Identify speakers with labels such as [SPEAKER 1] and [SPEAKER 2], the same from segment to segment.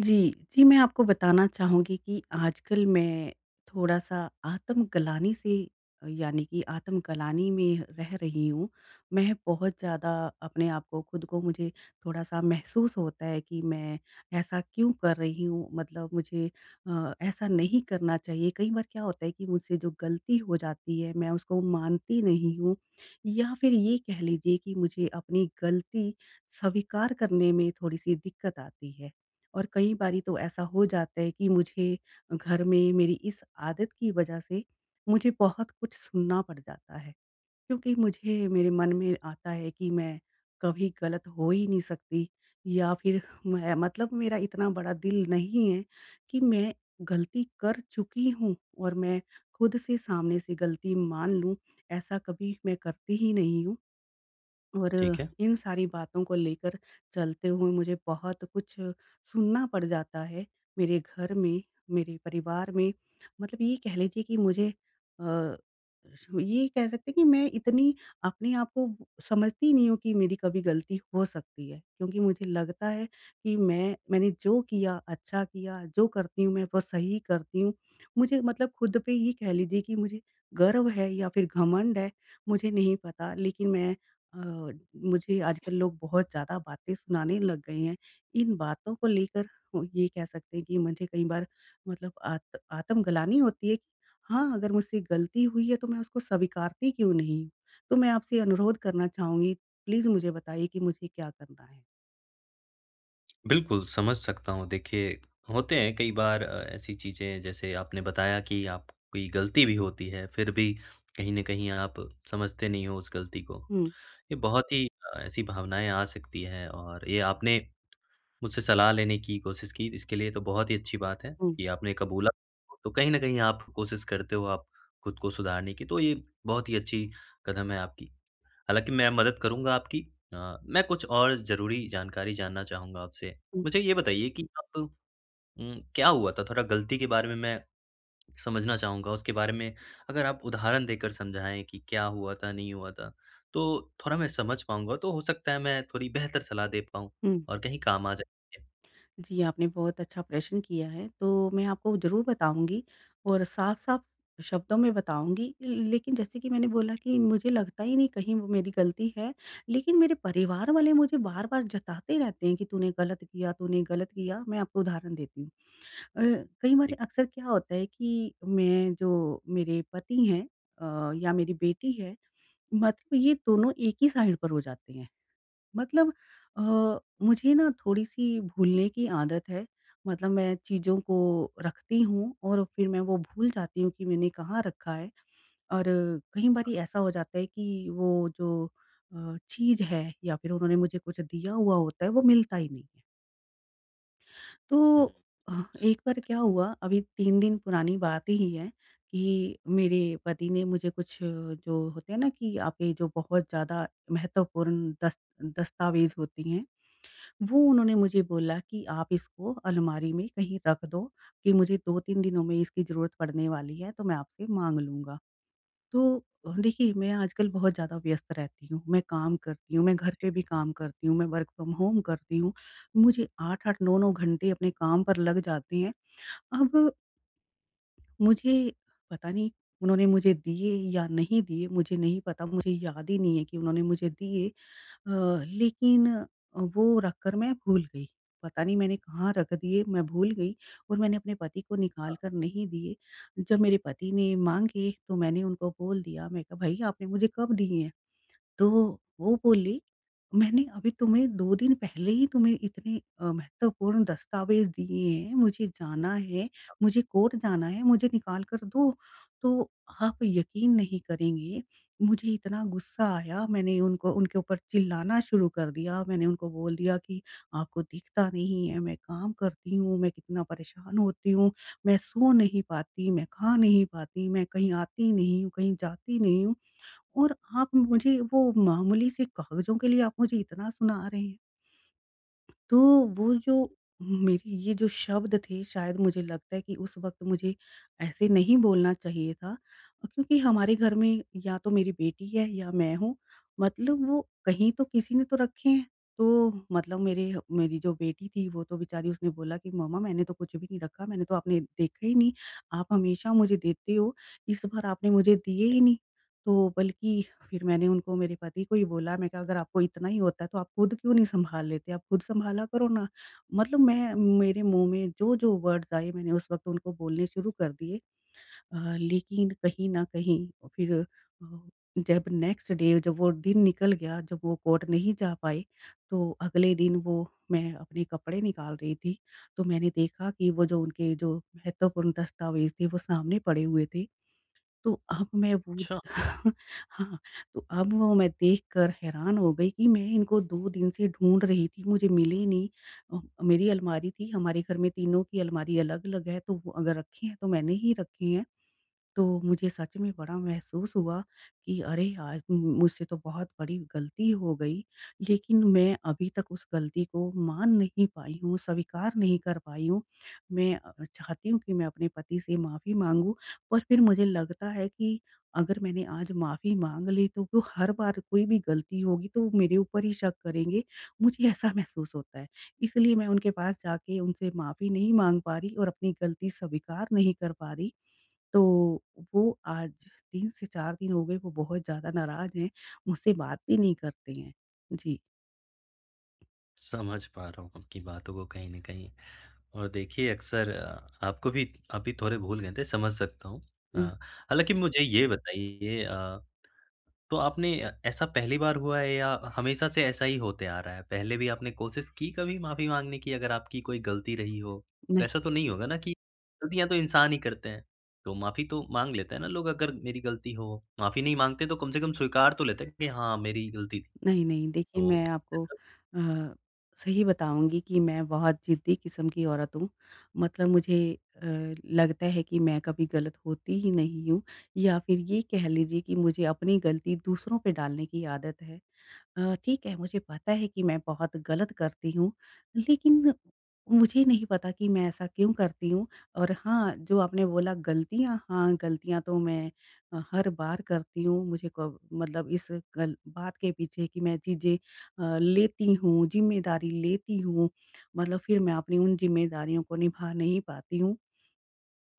[SPEAKER 1] जी, जी, मैं आपको बताना चाहूँगी कि आजकल मैं थोड़ा-सा आत्मग्लानि से यानी कि आत्मग्लानि में रह रही हूँ। मैं बहुत ज़्यादा अपने आप को खुद को मुझे थोड़ा-सा महसूस होता है कि मैं ऐसा क्यों कर रही हूँ? मतलब मुझे ऐसा नहीं करना चाहिए। कई बार क्या होता है कि मुझसे जो गलती हो जाती है, मैं उसको मानती नहीं हूँ या फिर ये कह लीजिए कि मुझे अपनी गलती स्वीकार करने में थोड़ी-सी दिक्कत आती है। और कई बारी तो ऐसा हो जाता है कि मुझे घर में मेरी इस आदत की वजह से मुझे बहुत कुछ सुनना पड़ जाता है। क्योंकि मुझे मेरे मन में आता है कि मैं कभी गलत हो ही नहीं सकती या फिर मैं मतलब मेरा इतना बड़ा दिल नहीं है कि मैं गलती कर चुकी हूँ और मैं खुद से सामने से गलती मान लूँ, ऐसा कभी मैं करती ही नहीं हूँ। और
[SPEAKER 2] ठीक है।
[SPEAKER 1] इन सारी बातों को लेकर चलते हुए मुझे बहुत कुछ सुनना पड़ जाता है मेरे घर में, मेरे परिवार में। मतलब ये कह लीजिए कि मुझे अ, ये कह सकते हैं कि मैं इतनी अपने आप को समझती ही नहीं हूँ कि मेरी कभी गलती हो सकती है। क्योंकि मुझे लगता है कि मैंने जो किया अच्छा किया, जो करती हूँ मैं वो सही करती हूँ। मुझे मतलब खुद पे ये कह लीजिए कि मुझे गर्व है या फिर घमंड है, मुझे नहीं पता लेकिन मैं अ, मुझे आजकल लोग बहुत ज़्यादा बातें सुनाने लग गए हैं। इन बातों को लेकर वो ये कह सकते हैं कि मुझे कई बार मतलब आत आत्मग्लानि होती है कि हाँ, अगर मुझसे गलती हुई है तो मैं उसको स्वीकारती क्यों नहीं? हूँ। तो मैं आपसे अनुरोध करना चाहूँगी, प्लीज़ मुझे बताइए कि मुझे क्या करना है?
[SPEAKER 2] बिल्कुल, समझ सकता हूँ। देखिए, होते हैं कई बार ऐसी चीज़ें जैसे आपने बताया कि आपकी गलती भी होती है, फिर भी कहीं न कहीं आप समझते नहीं हो उस गलती को।
[SPEAKER 1] हुँ,
[SPEAKER 2] ये बहुत ही ऐसी भावनाएँ आ सकती हैं और ये आपने मुझसे सलाह लेने की कोशिश की, इसके लिए तो बहुत ही अच्छी बात है
[SPEAKER 1] हुँ,
[SPEAKER 2] कि आपने कबूला। तो कहीं न कहीं आप कोशिश करते हो आप खुद को सुधारने की, तो ये बहुत ही अच्छी कदम है आपकी। हालाँकि मैं मदद करूँगा आपकी। मैं कुछ और ज़रूरी जानकारी जानना चाहूँगा आपसे।
[SPEAKER 1] हुँ,
[SPEAKER 2] मुझे ये बताइए कि आप क्या हुआ था? थोड़ा गलती के बारे में मैं समझना चाहूँगा। उसके बारे में अगर आप उदाहरण देकर समझाएँ कि क्या हुआ था, नहीं हुआ था? तो थोड़ा मैं समझ पाऊँगा, तो हो सकता है मैं थोड़ी बेहतर सलाह दे पाऊँ
[SPEAKER 1] हुँ।
[SPEAKER 2] और कहीं काम आ जाए।
[SPEAKER 1] जी, आपने बहुत अच्छा प्रश्न किया है, तो मैं आपको ज़रूर बताऊँगी और साफ-साफ शब्दों में बताऊँगी। लेकिन जैसे कि मैंने बोला कि मुझे लगता ही नहीं कहीं वो मेरी गलती है, लेकिन मेरे परिवार वाले मुझे बार-बार जताते रहते हैं कि तूने गलत किया, तूने गलत किया। मैं आपको उदाहरण देती हूँ। अ, कई बार
[SPEAKER 2] ठीक।
[SPEAKER 1] अक्सर क्या होता है कि मैं जो मेरे पति हैं या मेरी बेटी है, मतलब ये दोनों एक ही साइड पर हो जाते हैं। मतलब अ, मुझे ना थोड़ी-सी भूलने की आदत है। मतलब मैं चीज़ों को रखती हूँ और फिर मैं वो भूल जाती हूँ कि मैंने कहाँ रखा है और कई बारी ऐसा हो जाता है कि वो जो चीज़ है या फिर उन्होंने मुझे कुछ दिया हुआ होता है, वो मिलता ही नहीं है। तो
[SPEAKER 2] हुँ।
[SPEAKER 1] एक बार क्या हुआ अभी 3 दिन पुरानी बात ही है कि मेरे पति ने मुझे कुछ जो होते हैं ना कि आपके जो बहुत ज़्यादा महत्वपूर्ण दस दस्तावेज़ होती हैं वो उन्होंने मुझे बोला कि आप इसको अलमारी में कहीं रख दो कि मुझे 2-3 दिनों में इसकी ज़रूरत पड़ने वाली है, तो मैं आपसे माँग लूँगा। तो देखिए मैं आजकल बहुत ज़्यादा व्यस्त रहती हूँ, मैं काम करती हूँ, मैं घर पे भी काम करती हूँ, मैं वर्क फ्रॉम होम करती हूँ। मुझे 8-8 9-9 घंटे अपने काम पर लग जाते हैं। अब मुझे पता नहीं उन्होंने मुझे दिए या नहीं दिए, मुझे नहीं पता, मुझे याद ही नहीं है कि उन्होंने मुझे दिए अ, लेकिन वो रख कर मैं भूल गई। पता नहीं मैंने कहाँ रख दिए, मैं भूल गई और मैंने अपने पति को निकाल कर नहीं दिए। जब मेरे पति ने माँगे तो मैंने उनको बोल दिया, मैं कहा, "भई आपने मुझे कब दिए हैं?" तो वो बोली, "मैंने अभी तुम्हें 2 दिन पहले ही तुम्हें इतने महत्वपूर्ण दस्तावेज़ दिए हैं, मुझे जाना है, मुझे कोर्ट जाना है, मुझे निकाल कर दो।" तो आप यकीन नहीं करेंगे, मुझे इतना गुस्सा आया, मैंने उनको उनके ऊपर चिल्लाना शुरू कर दिया। मैंने उनको बोल दिया कि, "आपको दिखता नहीं है, मैं काम करती हूँ, मैं कितना परेशान होती हूँ, मैं सो नहीं पाती, मैं खा नहीं पाती, मैं कहीं आती नहीं हूँ, कहीं जाती नहीं हूँ।" और आप मुझे वो मामूली से कागज़ों के लिए आप मुझे इतना सुना रहे हैं। तो वो जो मेरे ये जो शब्द थे शायद मुझे लगता है कि उस वक़्त मुझे ऐसे नहीं बोलना चाहिए था। क्योंकि हमारे घर में या तो मेरी बेटी है या मैं हूँ, मतलब वो कहीं तो किसी ने तो रखे हैं। तो मतलब मेरे मेरी जो बेटी थी वो तो बेचारी उसने बोला कि मम्मा मैंने तो कुछ भी नहीं रखा, मैंने तो आपने देखा ही नहीं, आप हमेशा मुझे देते हो, इस बार आपने मुझे दिए ही नहीं। तो बल्कि फिर मैंने उनको मेरे पति को ही बोला मैं कहा अगर आपको इतना ही होता है तो आप खुद क्यों नहीं सँभाल लेते? आप खुद सँभाला करो ना। मतलब मैं मेरे मुँह में जो-जो वर्ड्स आए मैंने उस वक़्त उनको बोलने शुरू कर दिए। लेकिन कहीं न कहीं फिर जब नेक्स्ट डे जब वो दिन निकल गया, जब वो कोर्ट नहीं जा पाए, तो अगले दिन वो मैं अपने कपड़े निकाल रही थी, तो मैंने देखा कि वो जो उनके जो महत्वपूर्ण दस्तावेज़ थे वो सामने पड़े हुए थे। तो अब मैं वो
[SPEAKER 2] अच्छा,
[SPEAKER 1] हाँ, तो अब वो मैं देखकर हैरान हो गई कि मैं इनको 2 दिन से ढूँढ रही थी, मुझे मिली नहीं। मेरी अलमारी थी, हमारे घर में तीनों की अलमारी अलग-अलग है, तो वो अगर रखे हैं तो मैंने ही रखे हैं। तो मुझे सच में बड़ा महसूस हुआ कि अरे यार! मुझसे तो बहुत बड़ी गलती हो गई। लेकिन मैं अभी तक उस गलती को मान नहीं पाई हूँ, स्वीकार नहीं कर पाई हूँ। मैं चाहती हूँ कि मैं अपने पति से माफ़ी माँगूँ पर फिर मुझे लगता है कि अगर मैंने आज माफ़ी माँग ली तो वो हर बार कोई भी गलती होगी तो वो मेरे ऊपर ही शक करेंगे। मुझे ऐसा महसूस होता है। इसलिए मैं उनके पास जाके उनसे माफ़ी नहीं माँग पा रही और अपनी गलती स्वीकार नहीं कर पा रही। तो वो आज 3 से 4 दिन हो गए, वो बहुत ज़्यादा नाराज़ हैं, मुझसे बात भी नहीं करते हैं। जी।
[SPEAKER 2] समझ पा रहा हूँ आपकी बातों को कहीं न कहीं। और देखिए अक्सर आपको भी आप भी थोड़े भूल गए थे, समझ सकता हूँ। अ,
[SPEAKER 1] अ,
[SPEAKER 2] हालाँकि मुझे ये बताइए तो आपने ऐसा पहली बार हुआ है या हमेशा से ऐसा ही होते आ रहा है? पहले भी आपने कोशिश की कभी माफ़ी माँगने की अगर आपकी कोई गलती रही हो?
[SPEAKER 1] नहीं,
[SPEAKER 2] ऐसा तो नहीं होगा ना कि गलतियाँ तो इंसान ही करते हैं, तो माफ़ी तो माँग लेते हैं ना लोग अगर मेरी गलती हो, माफ़ी नहीं माँगते तो कम से कम स्वीकार तो लेते हैं कि हाँ, मेरी गलती थी।
[SPEAKER 1] नहीं, नहीं, देखिए मैं
[SPEAKER 2] तो
[SPEAKER 1] आपको अ, सही बताऊँगी कि मैं बहुत ज़िद्दी किस्म की औरत हूँ। मतलब मुझे लगता है कि मैं कभी गलत होती ही नहीं हूँ या फिर ये कह लीजिए कि मुझे अपनी गलती दूसरों पे डालने की आदत है। ठीक है, मुझे पता है कि मैं बहुत गलत करती हूँ, लेकिन मुझे नहीं पता कि मैं ऐसा क्यों करती हूँ और हाँ, जो आपने बोला गलतियाँ, हाँ, गलतियाँ तो मैं हर बार करती हूँ। मुझे क मतलब इस गल बात के पीछे कि मैं चीज़ें लेती हूँ, ज़िम्मेदारी लेती हूँ, मतलब फिर मैं अपनी उन ज़िम्मेदारियों को निभा नहीं पाती हूँ।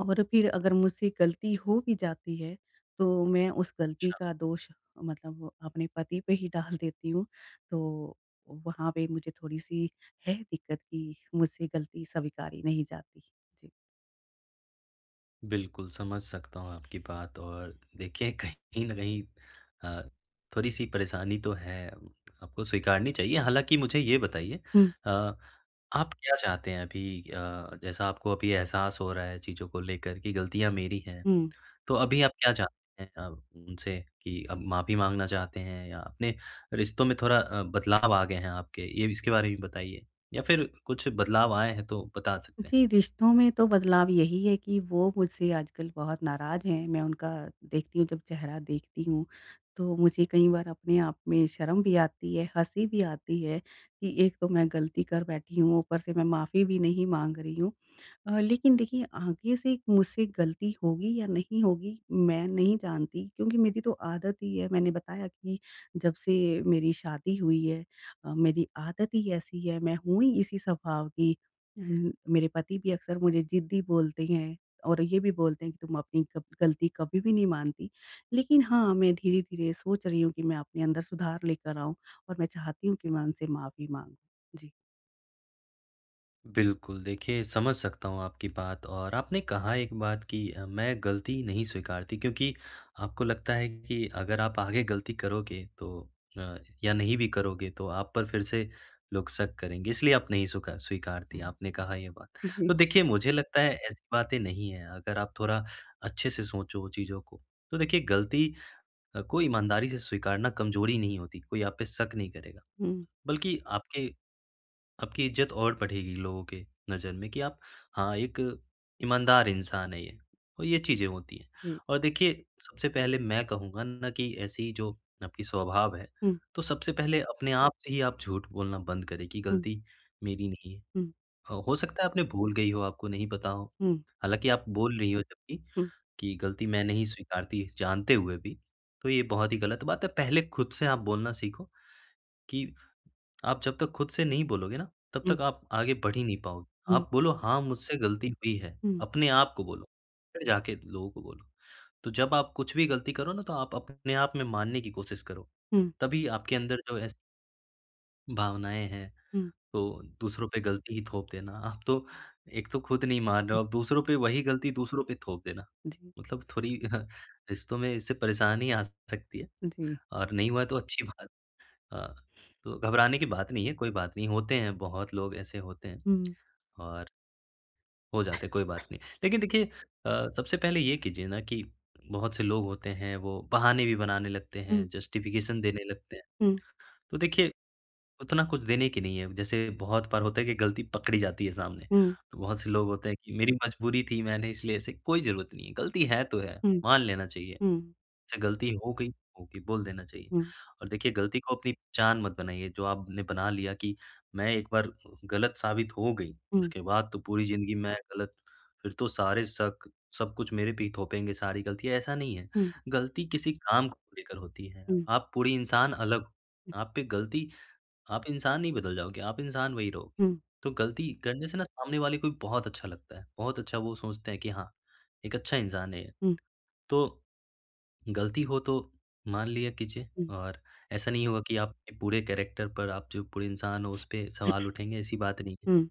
[SPEAKER 1] और फिर अगर मुझसे गलती हो भी जाती है, तो मैं उस गलती का दोष मतलब वो अपने पति पे ही डाल देती हूँ। तो वहाँ पे मुझे थोड़ी-सी है दिक्कत कि मुझसे गलती स्वीकारी नहीं जाती। जी।
[SPEAKER 2] बिल्कुल, समझ सकता हूँ आपकी बात और देखिए कहीं न कहीं अ, थोड़ी-सी परेशानी तो है, आपको स्वीकारनी चाहिए। हालाँकि मुझे ये बताइए
[SPEAKER 1] हुँ,
[SPEAKER 2] अ, आप क्या चाहते हैं अभी जैसा आपको अभी एहसास हो रहा है चीज़ों को लेकर कि गलतियाँ मेरी हैं,
[SPEAKER 1] हुँ।
[SPEAKER 2] तो अभी आप क्या चाहते हैं उनसे कि अब माफ़ी माँगना चाहते हैं या अपने रिश्तों में थोड़ा बदलाव आ गए हैं आपके? ये इसके बारे में बताइए या फिर कुछ बदलाव आए हैं तो बता सकते हैं?
[SPEAKER 1] जी, रिश्तों में तो बदलाव यही है कि वो मुझसे आजकल बहुत नाराज़ हैं। मैं उनका देखती हूँ जब चेहरा देखती हूँ, तो मुझे कई बार अपने आप में शर्म भी आती है, हँसी भी आती है कि एक तो मैं गलती कर बैठी हूँ, ऊपर से मैं माफ़ी भी नहीं माँग रही हूँ। लेकिन देखिए आगे से मुझसे गलती होगी या नहीं होगी मैं नहीं जानती क्योंकि मेरी तो आदत ही है मैंने बताया कि जब से मेरी शादी हुई है मेरी आदत ही ऐसी है मैं हूँ ही इसी स्वभाव की अ, मेरे पति भी अक्सर मुझे जिद्दी बोलते हैं और ये भी बोलते हैं कि तुम अपनी गलती कभी भी नहीं मानती। लेकिन हाँ, मैं धीरे धीरे सोच रही हूँ कि मैं अपने अंदर सुधार लेकर आऊँ और मैं चाहती हूँ कि मैं उनसे माफ़ी मांगूँ। जी।
[SPEAKER 2] बिल्कुल, देखिए समझ सकता हूँ आपकी बात और आपने कहा एक बात कि मैं गलती नहीं स्वीकारती क्योंकि आपको लगता है कि अगर आप आगे गलती करोगे तो अ, या नहीं भी करोगे तो आप पर फिर से लोग शक करेंगे इसलिए आप नहीं स्वीकारती हुँ। आपने कहा ये बात।
[SPEAKER 1] जी।
[SPEAKER 2] तो देखिए मुझे लगता है ऐसी बातें नहीं है अगर आप थोड़ा अच्छे से सोचो चीज़ों को। तो देखिए गलती को ईमानदारी से स्वीकारना कमज़ोरी नहीं होती, कोई आप पे शक नहीं करेगा,
[SPEAKER 1] हम्म।
[SPEAKER 2] बल्कि आपके आपकी इज़्ज़त और बढ़ेगी लोगों के नज़र में कि आप हाँ, एक ईमानदार इंसान है ये और ये चीज़ें होती हैं।
[SPEAKER 1] जी।
[SPEAKER 2] और देखिए, सबसे पहले मैं कहूँगा ना कि ऐसी जो आपकी स्वभाव है,
[SPEAKER 1] हम्म।
[SPEAKER 2] तो सबसे पहले अपने आप से ही आप झूठ बोलना बंद करें कि
[SPEAKER 1] हम्म।
[SPEAKER 2] गलती मेरी नहीं है।
[SPEAKER 1] हम्म।
[SPEAKER 2] हो सकता है आपने भूल गई हो, आपको नहीं पता हो।
[SPEAKER 1] हम्म।
[SPEAKER 2] हालाँकि आप बोल रही हो जबकि
[SPEAKER 1] हुँ,
[SPEAKER 2] कि गलती मैं नहीं स्वीकारती जानते हुए भी, तो ये बहुत ही गलत बात है। पहले खुद से आप बोलना सीखो कि आप जब तक खुद से नहीं बोलोगे ना, तब
[SPEAKER 1] हुँ,
[SPEAKER 2] तक आप आगे बढ़ ही नहीं पाओगे।
[SPEAKER 1] हुँ,
[SPEAKER 2] आप बोलो हाँ, मुझसे गलती हुई है,
[SPEAKER 1] हुँ,
[SPEAKER 2] अपने आप को बोलो, फिर जाके लोगों को बोलो। तो जब आप कुछ भी गलती करो ना, तो आप अपने आप में मानने की कोशिश करो।
[SPEAKER 1] हुँ,
[SPEAKER 2] तभी आपके अंदर जो ऐसी भावनाएँ हैं,
[SPEAKER 1] हुँ,
[SPEAKER 2] तो दूसरों पे गलती ही थोप देना। आप तो एक तो खुद नहीं मान रहे
[SPEAKER 1] हुँ।
[SPEAKER 2] हो, आप दूसरों पे वही गलती दूसरों पे थोप देना।
[SPEAKER 1] जी,
[SPEAKER 2] मतलब थोड़ी रिश्तों में इससे परेशानी आ सकती है
[SPEAKER 1] जी।
[SPEAKER 2] और नहीं हुआ तो अच्छी बात है। हाँ, तो घबराने की बात नहीं है, कोई बात नहीं, होते हैं बहुत लोग ऐसे होते हैं
[SPEAKER 1] हुँ,
[SPEAKER 2] और हो जाते हैं, कोई बात नहीं। लेकिन देखिए सबसे पहले ये कीजिए ना कि बहुत से लोग होते हैं, वो बहाने भी बनाने लगते
[SPEAKER 1] हुँ,
[SPEAKER 2] हैं, जस्टिफ़िकेशन देने लगते हैं।
[SPEAKER 1] हुँ,
[SPEAKER 2] तो देखिए उतना कुछ देने की नहीं है, जैसे बहुत बार होता है कि गलती पकड़ी जाती है सामने,
[SPEAKER 1] हुँ,
[SPEAKER 2] तो बहुत से लोग होते हैं कि मेरी मजबूरी थी, मैंने इसलिए ऐसे कोई ज़रूरत नहीं है, गलती है तो है,
[SPEAKER 1] हुँ,
[SPEAKER 2] मान लेना चाहिए।
[SPEAKER 1] हुँ,
[SPEAKER 2] से गलती हो गई, बोल देना चाहिए।
[SPEAKER 1] हुँ, हुँ,
[SPEAKER 2] और देखिए गलती को अपनी पहचान मत बनाइए, जो आपने बना लिया कि मैं एक बार गलत साबित हो गई,
[SPEAKER 1] हुँ,
[SPEAKER 2] उसके बाद तो पूरी ज़िंदगी मैं गलत फिर तो सारे शक सब कुछ मेरे पे ही थोपेंगे सारी गलतियाँ, ऐसा नहीं है।
[SPEAKER 1] हुँ,
[SPEAKER 2] गलती किसी काम को लेकर होती है,
[SPEAKER 1] हुँ,
[SPEAKER 2] आप पूरी इंसान अलग हो, आप पे गलती आप इंसान नहीं बदल जाओगे, आप इंसान वही रहोगे।
[SPEAKER 1] हुँ, हुँ।
[SPEAKER 2] तो गलती करने से ना सामने वाले को भी बहुत अच्छा लगता है, बहुत अच्छा वो सोचते हैं कि हाँ, एक अच्छा इंसान है ये। तो गलती हो तो मान लिया कीजिए और ऐसा नहीं होगा कि आपके पूरे कैरेक्टर पर आप जो पूरे इंसान हो उस पे सवाल उठेंगे, ऐसी बात नहीं है।
[SPEAKER 1] हुँ,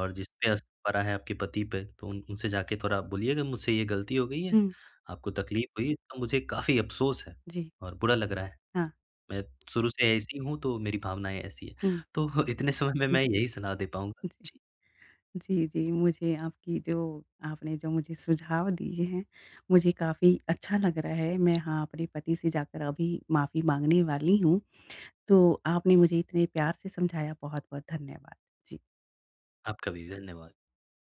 [SPEAKER 2] और जिस पे असर पड़ा है आपके पति पे तो उन उनसे जाके थोड़ा बोलिएगा मुझसे ये गलती हो गई है,
[SPEAKER 1] हुँ,
[SPEAKER 2] आपको तकलीफ हुई इसका मुझे काफ़ी अफ़सोस है
[SPEAKER 1] जी,
[SPEAKER 2] और बुरा लग रहा है।
[SPEAKER 1] हाँ।
[SPEAKER 2] मैं शुरू से ऐसी हूँ तो मेरी भावनाएँ ऐसी हैं।
[SPEAKER 1] हुँ,
[SPEAKER 2] तो इतने समय में
[SPEAKER 1] हुँ,
[SPEAKER 2] मैं यही सलाह दे पाऊँगा।
[SPEAKER 1] जी।
[SPEAKER 2] जी,
[SPEAKER 1] जी, जी, मुझे आपकी जो आपने जो मुझे सुझाव दिए हैं, मुझे काफ़ी अच्छा लग रहा है। मैं हाँ, अपने पति से जाकर अभी माफ़ी माँगने वाली हूँ। तो आपने मुझे इतने प्यार से समझाया बहुत-बहुत धन्यवाद। जी।
[SPEAKER 2] आपका भी धन्यवाद।